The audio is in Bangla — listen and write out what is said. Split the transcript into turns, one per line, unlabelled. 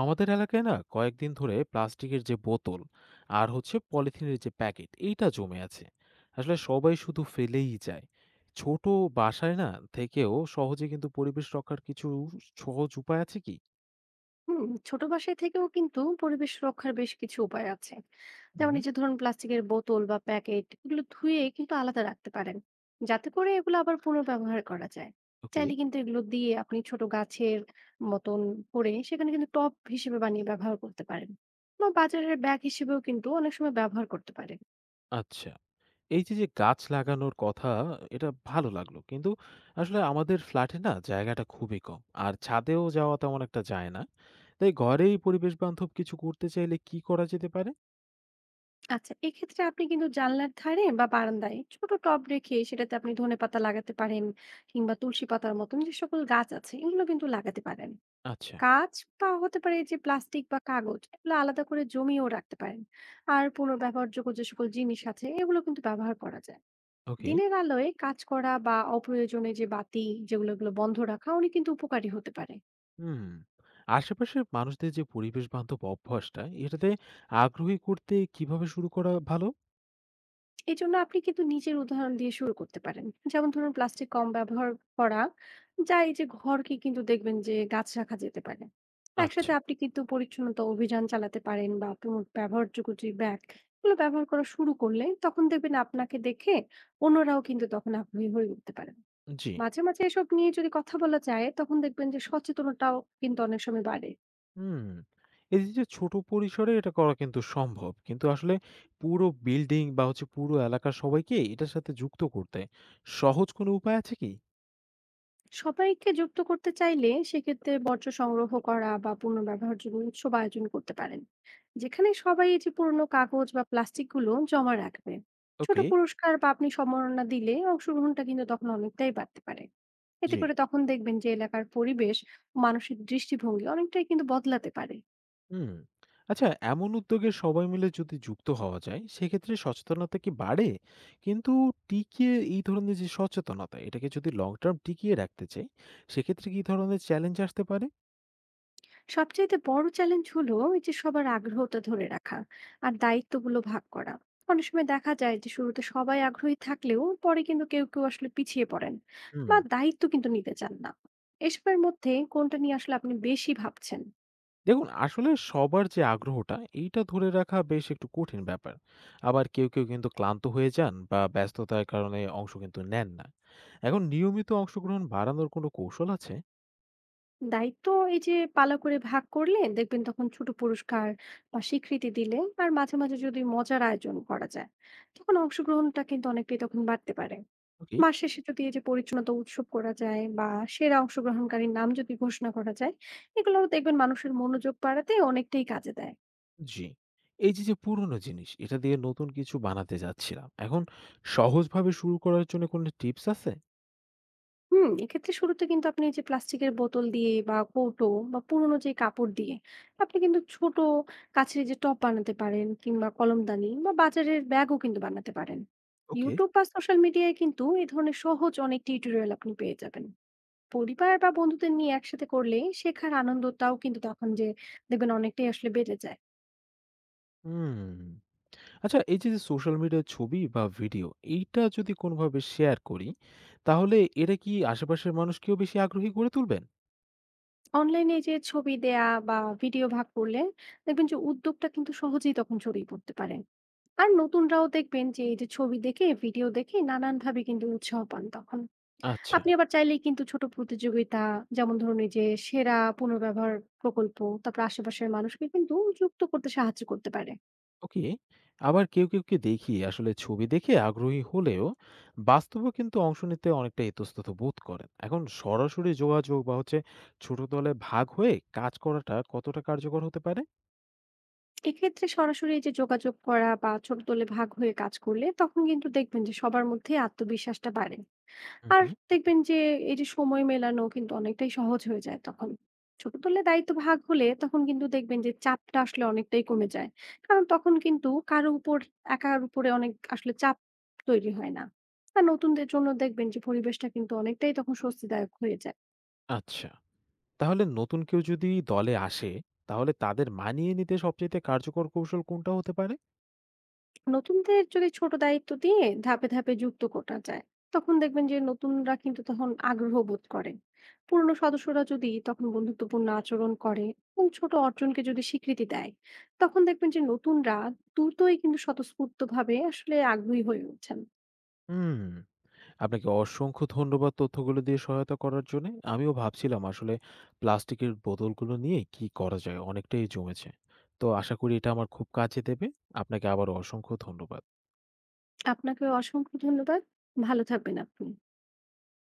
আমাদের এলাকায় না কয়েকদিন ধরে প্লাস্টিকের যে বোতল আর হচ্ছে পলিথিনের যে প্যাকেট এইটা জমে আছে। আসলে সবাই শুধু ফেলেই যায়। ছোট বাসায় না থেকেও সহজে কিন্তু পরিবেশ রক্ষার কিছু সহজ উপায় আছে কি?
হুম। ছোট বাসায় থেকেও কিন্তু পরিবেশ রক্ষার বেশ কিছু উপায় আছে। যেমন
হুম।
এই যে ধরুন, প্লাস্টিকের বোতল বা প্যাকেট এগুলো ধুয়ে কিন্তু আলাদা রাখতে পারেন, যাতে করে এগুলো আবার পুনর্ব্যবহার করা যায়।
ওকে।
চাইলে কিন্তু এগুলো দিয়ে আপনি ছোট গাছের মতন করে সেখানে কিন্তু টব হিসেবে বানিয়ে ব্যবহার করতে পারেন, বা বাজারের ব্যাগ হিসেবেও কিন্তু অনেক সময় ব্যবহার করতে পারেন।
আচ্ছা, এই যে যে গাছ লাগানোর কথা, এটা ভালো লাগলো, কিন্তু আসলে আমাদের ফ্ল্যাটে না জায়গাটা খুবই কম আর ছাদেও যাওয়া তেমন একটা যায় না। তাই ঘরেই পরিবেশ বান্ধব কিছু করতে চাইলে কি করা যেতে পারে?
আচ্ছা, এক্ষেত্রে আপনি কিন্তু জানলার ধারে বা বারান্দায় ছোট টব রেখে সেটাতে আপনি ধনেপাতা লাগাতে পারেন, কিংবা তুলসী পাতার মতন যে সকল গাছ আছে এগুলো কিন্তু লাগাতে পারেন।
আচ্ছা।
কাঁচ বা হতে পারে যে প্লাস্টিক বা কাগজ, এগুলো আলাদা করে জমিয়েও রাখতে পারেন। আর পুনর্ব্যবহারযোগ্য যে সকল জিনিস আছে এগুলো কিন্তু ব্যবহার করা যায়।
ওকে।
দিনের আলোয় কাজ করা বা অপ্রয়োজনে যে বাতি যেগুলো, এগুলো বন্ধ রাখা অনেক কিন্তু উপকারী হতে পারে।
হুম। আশেপাশের মানুষদের যে পরিবেশ বান্ধব অভ্যাসটা, এটাতে আগ্রহী করতে কিভাবে শুরু করা ভালো?
এই জন্য আপনি কিন্তু নিজের উদাহরণ দিয়ে শুরু করতে পারেন। যেমন ধরুন, প্লাস্টিক কম ব্যবহার করা, যা এই যে ঘরকে কিন্তু দেখবেন যে গাছ রাখা যেতে পারে।
আচ্ছা।
একসাথে আপনি কিন্তু পরিচ্ছন্নতা অভিযান চালাতে পারেন বা পুনঃ ব্যবহারযোগ্য যে ব্যাগ এগুলো ব্যবহার করা শুরু করলে, তখন দেখবেন আপনাকে দেখে অন্যরাও কিন্তু তখন আগ্রহী হয়ে উঠতে পারেন।
জি।
মাঝে মাঝে এসব নিয়ে যদি কথা বলা যায়, তখন দেখবেন যে সচেতনতাও কিন্তু অনেক সময় বাড়ে।
হুম। এই যে, ছোট পরিসরে এটা করা কিন্তু সম্ভব। কিন্তু আসলে পুরো বিল্ডিং বা হচ্ছে পুরো এলাকার সবাইকে এটার সাথে যুক্ত করতে সহজ কোনো উপায় আছে কি?
সবাইকে যুক্ত করতে চাইলে সেক্ষেত্রে বর্জ্য সংগ্রহ করা বা পুনর্ব্যবহারযোগ্য উৎসব আয়োজন করতে পারেন, যেখানে সবাই এই যে পুরনো কাগজ বা প্লাস্টিক গুলো জমা রাখবে। ছোট
ওকে,
পুরস্কার বা আপনি সম্মাননা দিলে অংশগ্রহণটা কিন্তু তখন অনেকটাই বাড়তে পারে। এতে
জি।
করে তখন দেখবেন যে এলাকার পরিবেশ ও মানসিক দৃষ্টিভঙ্গি অনেকটাই কিন্তু বদলাতে পারে।
হুম। আচ্ছা, এমন উদ্যোগে সবাই মিলে যদি যুক্ত হওয়া যায় সেক্ষেত্রে সচেতনতা কি বাড়ে? কিন্তু টিকিয়ে, এই ধরনের যে সচেতনতা এটাকে যদি লং টার্ম টিকিয়ে রাখতে চাই সেক্ষেত্রে কি ধরনের চ্যালেঞ্জ আসতে পারে?
সবচাইতে বড় চ্যালেঞ্জ হলো এই যে সবার আগ্রহটা ধরে রাখা আর দায়িত্বগুলো ভাগ করা। অনেক সময় দেখা যায় যে শুরুতে সবাই আগ্রহী থাকলেও পরে কিন্তু কেউ কেউ আসলে পিছিয়ে পড়েন
হুম।
বা দায়িত্ব কিন্তু নিতে চান না। এসবের মধ্যে কোনটা নিয়ে আসলে আপনি বেশি ভাবছেন?
দেখুন আসলে সবার যে আগ্রহটা এইটা ধরে রাখা বেশ একটু কঠিন ব্যাপার। আবার কেউ কিন্তু ক্লান্ত হয়ে যান বা ব্যস্ততার কারণে অংশ কিন্তু নেন না। এখন নিয়মিত অংশগ্রহণ বাড়ানোর কোনো কৌশল আছে?
দায়িত্ব এই যে পালা করে ভাগ করলে দেখবেন, তখন ছোট পুরস্কার বা স্বীকৃতি দিলে, আর মাঝে মাঝে যদি মজার আয়োজন করা যায়, তখন অংশগ্রহণটা কিন্তু অনেকটাই তখন বাড়তে পারে।
কি?
মাস শেষে যদি এই যে পরিচ্ছন্নতা উৎসব করা যায় বা সেরা অংশগ্রহণকারীর নাম যদি ঘোষণা করা যায়, এগুলো দেখবেন মানুষের মনোযোগ বাড়াতে অনেকটাই কাজে দেয়।
জি। এই যে, পুরনো জিনিস এটা দিয়ে নতুন কিছু বানাতে যাচ্ছিলাম। এখন সহজভাবে শুরু করার জন্য কোনো টিপস আছে?
হুম, এক্ষেত্রে শুরুতে কিন্তু আপনি এই যে প্লাস্টিকের বোতল দিয়ে বা কৌটো বা পুরোনো যে কাপড় দিয়ে আপনি কিন্তু ছোট কাছের এই যে টব বানাতে পারেন, কিংবা কলমদানি বা বাজারের ব্যাগও কিন্তু বানাতে পারেন।
ওকে।
ইউটিউব বা সোশ্যাল মিডিয়ায় কিন্তু এই ধরনের সহজ অনেক টিউটোরিয়াল আপনি পেয়ে যাবেন। পরিবার বা বন্ধুদের নিয়ে একসাথে করলে শেখার আনন্দটাও কিন্তু তখন যে দেখবেন অনেকটাই আসলে বেড়ে যায়।
হুম। আচ্ছা, এই যে, সোশ্যাল মিডিয়ার ছবি বা ভিডিও এইটা যদি কোনোভাবে শেয়ার করি, তাহলে এটা কি আশেপাশের মানুষকেও বেশি আগ্রহী করে তুলবেন?
অনলাইনে এই যে ছবি দেয়া বা ভিডিও ভাগ করলে দেখবেন যে উদ্যোগটা কিন্তু সহজেই তখন ছড়িয়ে পড়তে পারে। আর নতুনরাও দেখবেন যে এই যে ছবি দেখে ভিডিও দেখে নানান ভাবে কিন্তু উৎসাহ পান তখন।
আচ্ছা।
আপনি আবার চাইলেই কিন্তু ছোট প্রতিযোগিতা, যেমন ধরুন এই যে সেরা পুনর্ব্যবহার প্রকল্প, তারপর আশেপাশের মানুষকে কিন্তু যুক্ত করতে সাহায্য করতে পারে।
ওকে। আবার কেউ কেউ কে দেখি আসলে ছবি দেখে আগ্রহী হলেও বাস্তবে কিন্তু অংশ নিতে অনেকটা ইতস্তত বোধ করেন। এখন সরাসরি যোগাযোগ বা হচ্ছে ছোট দলে ভাগ হয়ে কাজ করাটা কতটা কার্যকর হতে পারে?
এক্ষেত্রে সরাসরি এই যে যোগাযোগ করা বা ছোট দলে ভাগ হয়ে কাজ করলে, তখন কিন্তু দেখবেন যে সবার মধ্যে আত্মবিশ্বাসটা বাড়ে।
হুম
আর
হুম।
দেখবেন যে এই যে সময় মেলানো কিন্তু অনেকটাই সহজ হয়ে যায় তখন। ছোট দলে দায়িত্ব ভাগ হলে তখন কিন্তু দেখবেন যে চাপটা আসলে অনেকটাই কমে যায়। কারণ তখন কিন্তু কারো উপর, একার উপরে অনেক আসলে চাপ তৈরি হয় না। আর নতুনদের জন্য দেখবেন যে পরিবেশটা কিন্তু অনেকটাই তখন স্বস্তিদায়ক হয়ে যায়।
আচ্ছা, তাহলে নতুন কেউ যদি দলে আসে তাহলে তাদের মানিয়ে নিতে সবচেয়ে কার্যকর কৌশল কোনটা হতে পারে?
নতুনদের যদি ছোট দায়িত্ব দিয়ে ধাপে ধাপে যুক্ত করা যায়, তখন দেখবেন যে নতুনরা কিন্তু তখন আগ্রহ বোধ করে। পুরনো সদস্যরা যদি তখন বন্ধুত্বপূর্ণ আচরণ করে এবং ছোট অর্জনকে যদি স্বীকৃতি দেয়, তখন দেখবেন যে নতুনরা দ্রুতই কিন্তু স্বতঃস্ফূর্ত ভাবে আসলে আগ্রহী হয়ে ওঠেন।
হুম। আপনাকে অসংখ্য ধন্যবাদ তথ্যগুলো দিয়ে সহায়তা করার জন্যে। আমিও ভাবছিলাম আসলে প্লাস্টিকের বোতলগুলো নিয়ে কি করা যায়? অনেকটাই জমেছে। তো আশা করি এটা আমার খুব কাজে দেবে। আপনাকে আবারও অসংখ্য ধন্যবাদ।
আপনাকে অসংখ্য ধন্যবাদ। ভালো থাকবেন আপনি।